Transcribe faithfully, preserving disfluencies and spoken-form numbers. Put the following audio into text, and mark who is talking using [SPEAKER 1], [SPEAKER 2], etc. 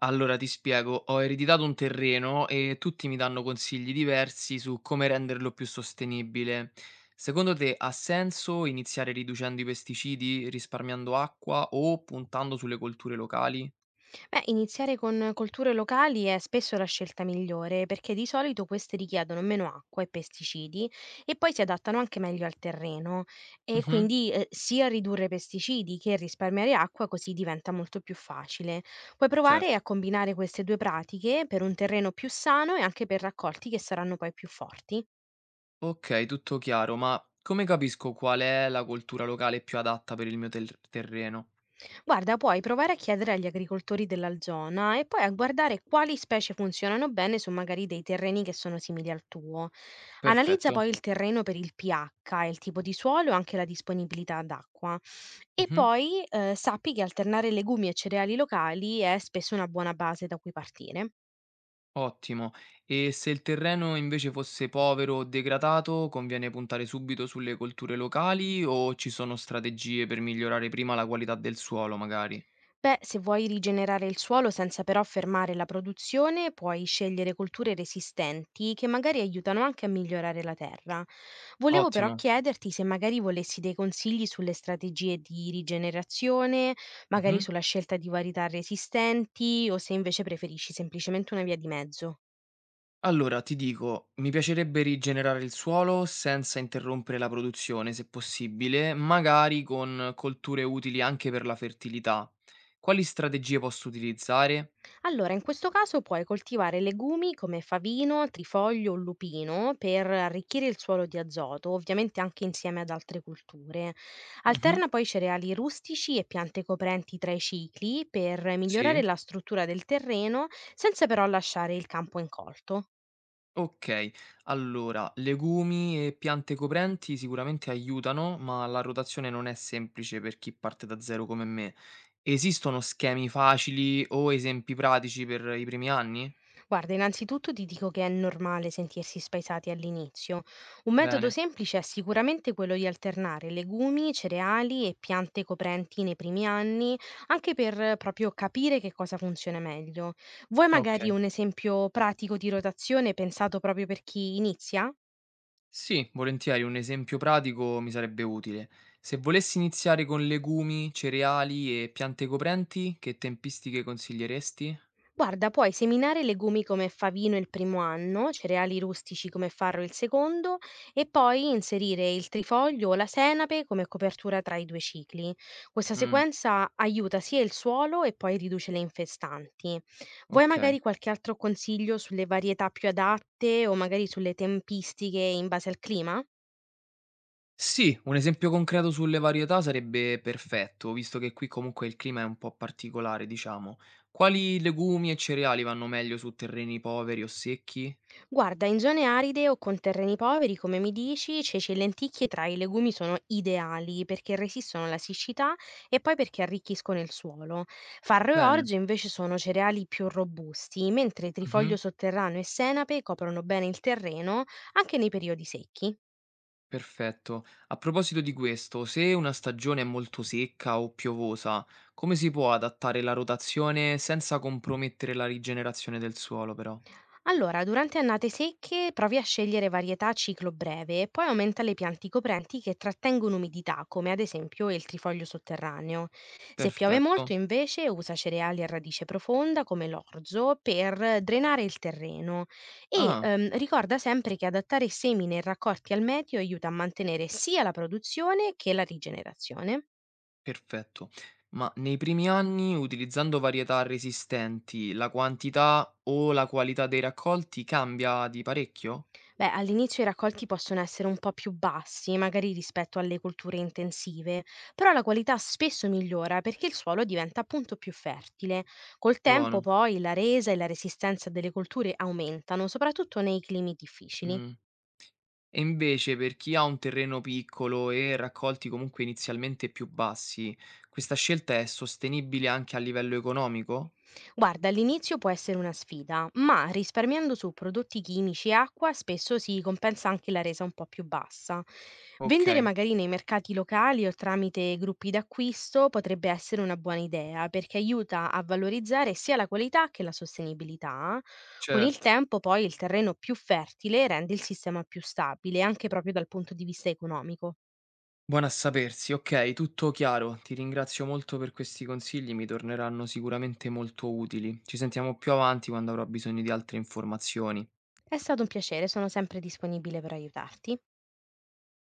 [SPEAKER 1] Allora ti spiego, ho ereditato un terreno e tutti mi danno consigli diversi su come renderlo più sostenibile. Secondo te ha senso iniziare riducendo i pesticidi, risparmiando acqua o puntando sulle colture locali?
[SPEAKER 2] Beh, iniziare con colture locali è spesso la scelta migliore perché di solito queste richiedono meno acqua e pesticidi e poi si adattano anche meglio al terreno e
[SPEAKER 1] Mhm,
[SPEAKER 2] quindi eh, sia ridurre pesticidi che risparmiare acqua così diventa molto più facile. Puoi provare
[SPEAKER 1] certo.
[SPEAKER 2] a combinare queste due pratiche per un terreno più sano e anche per raccolti che saranno poi più forti.
[SPEAKER 1] Ok, tutto chiaro, ma come capisco qual è la coltura locale più adatta per il mio ter- terreno?
[SPEAKER 2] Guarda, puoi provare a chiedere agli agricoltori della zona e poi a guardare quali specie funzionano bene su magari dei terreni che sono simili al tuo. Analizza
[SPEAKER 1] Perfetto.
[SPEAKER 2] poi il terreno per il pi acca, il tipo di suolo e anche la disponibilità d'acqua. E
[SPEAKER 1] Mhm.
[SPEAKER 2] poi eh, sappi che alternare legumi e cereali locali è spesso una buona base da cui partire.
[SPEAKER 1] Ottimo. E se il terreno invece fosse povero o degradato, conviene puntare subito sulle colture locali o ci sono strategie per migliorare prima la qualità del suolo, magari?
[SPEAKER 2] Beh, se vuoi rigenerare il suolo senza però fermare la produzione, puoi scegliere colture resistenti che magari aiutano anche a migliorare la terra. Volevo però
[SPEAKER 1] Ottimo.
[SPEAKER 2] chiederti se magari volessi dei consigli sulle strategie di rigenerazione, magari
[SPEAKER 1] Mhm.
[SPEAKER 2] sulla scelta di varietà resistenti o se invece preferisci semplicemente una via di mezzo.
[SPEAKER 1] Allora, ti dico, mi piacerebbe rigenerare il suolo senza interrompere la produzione, se possibile, magari con colture utili anche per la fertilità. Quali strategie posso utilizzare?
[SPEAKER 2] Allora, in questo caso puoi coltivare legumi come favino, trifoglio o lupino per arricchire il suolo di azoto, ovviamente anche insieme ad altre culture.
[SPEAKER 1] Mhm.
[SPEAKER 2] Alterna poi cereali rustici e piante coprenti tra i cicli per migliorare
[SPEAKER 1] Sì.
[SPEAKER 2] la struttura del terreno senza però lasciare il campo incolto.
[SPEAKER 1] Okay, allora legumi e piante coprenti sicuramente aiutano, ma la rotazione non è semplice per chi parte da zero come me. Esistono schemi facili o esempi pratici per i primi anni?
[SPEAKER 2] Guarda, innanzitutto ti dico che è normale sentirsi spaesati all'inizio. Un metodo
[SPEAKER 1] Bene,
[SPEAKER 2] semplice è sicuramente quello di alternare legumi, cereali e piante coprenti nei primi anni, anche per eh, proprio capire che cosa funziona meglio. Vuoi magari
[SPEAKER 1] okay.
[SPEAKER 2] un esempio pratico di rotazione pensato proprio per chi inizia?
[SPEAKER 1] Sì, volentieri un esempio pratico mi sarebbe utile. Se volessi iniziare con legumi, cereali e piante coprenti, che tempistiche consiglieresti?
[SPEAKER 2] Guarda, puoi seminare legumi come favino il primo anno, cereali rustici come farro il secondo e poi inserire il trifoglio o la senape come copertura tra i due cicli. Questa
[SPEAKER 1] Mh,
[SPEAKER 2] sequenza aiuta sia il suolo e poi riduce le infestanti. Vuoi magari
[SPEAKER 1] okay.
[SPEAKER 2] qualche altro consiglio sulle varietà più adatte o magari sulle tempistiche in base al clima?
[SPEAKER 1] Sì, un esempio concreto sulle varietà sarebbe perfetto, visto che qui comunque il clima è un po' particolare, diciamo. Quali legumi e cereali vanno meglio su terreni poveri o secchi?
[SPEAKER 2] Guarda, in zone aride o con terreni poveri, come mi dici, ceci e lenticchie tra i legumi sono ideali perché resistono alla siccità e poi perché arricchiscono il suolo. Farro e
[SPEAKER 1] Bene.
[SPEAKER 2] orzo invece sono cereali più robusti, mentre trifoglio
[SPEAKER 1] Mhm,
[SPEAKER 2] sotterraneo e senape coprono bene il terreno anche nei periodi secchi.
[SPEAKER 1] perfetto. A proposito di questo, se una stagione è molto secca o piovosa, come si può adattare la rotazione senza compromettere la rigenerazione del suolo, però?
[SPEAKER 2] Allora, durante annate secche provi a scegliere varietà a ciclo breve e poi aumenta le piante coprenti che trattengono umidità, come ad esempio il trifoglio sotterraneo. Se piove
[SPEAKER 1] Perfetto.
[SPEAKER 2] molto, invece, usa cereali a radice profonda come l'orzo per drenare il terreno e
[SPEAKER 1] Ah.
[SPEAKER 2] ehm, ricorda sempre che adattare semi nei raccolti al meteo aiuta a mantenere sia la produzione che la rigenerazione.
[SPEAKER 1] Perfetto. Ma nei primi anni, utilizzando varietà resistenti, la quantità o la qualità dei raccolti cambia di parecchio?
[SPEAKER 2] Beh, all'inizio i raccolti possono essere un po' più bassi, magari rispetto alle colture intensive, però la qualità spesso migliora perché il suolo diventa appunto più fertile. Col tempo
[SPEAKER 1] Buono.
[SPEAKER 2] poi la resa e la resistenza delle colture aumentano, soprattutto nei climi difficili.
[SPEAKER 1] Mm. E invece per chi ha un terreno piccolo e raccolti comunque inizialmente più bassi, questa scelta è sostenibile anche a livello economico?
[SPEAKER 2] Guarda, all'inizio può essere una sfida, ma risparmiando su prodotti chimici e acqua spesso si compensa anche la resa un po' più bassa.
[SPEAKER 1] Ok,
[SPEAKER 2] Vendere magari nei mercati locali o tramite gruppi d'acquisto potrebbe essere una buona idea perché aiuta a valorizzare sia la qualità che la sostenibilità. Con il
[SPEAKER 1] certo.
[SPEAKER 2] tempo poi il terreno più fertile rende il sistema più stabile anche proprio dal punto di vista economico.
[SPEAKER 1] Buona a sapersi, ok, tutto chiaro. Ti ringrazio molto per questi consigli, mi torneranno sicuramente molto utili. Ci sentiamo più avanti quando avrò bisogno di altre informazioni.
[SPEAKER 2] È stato un piacere, sono sempre disponibile per aiutarti.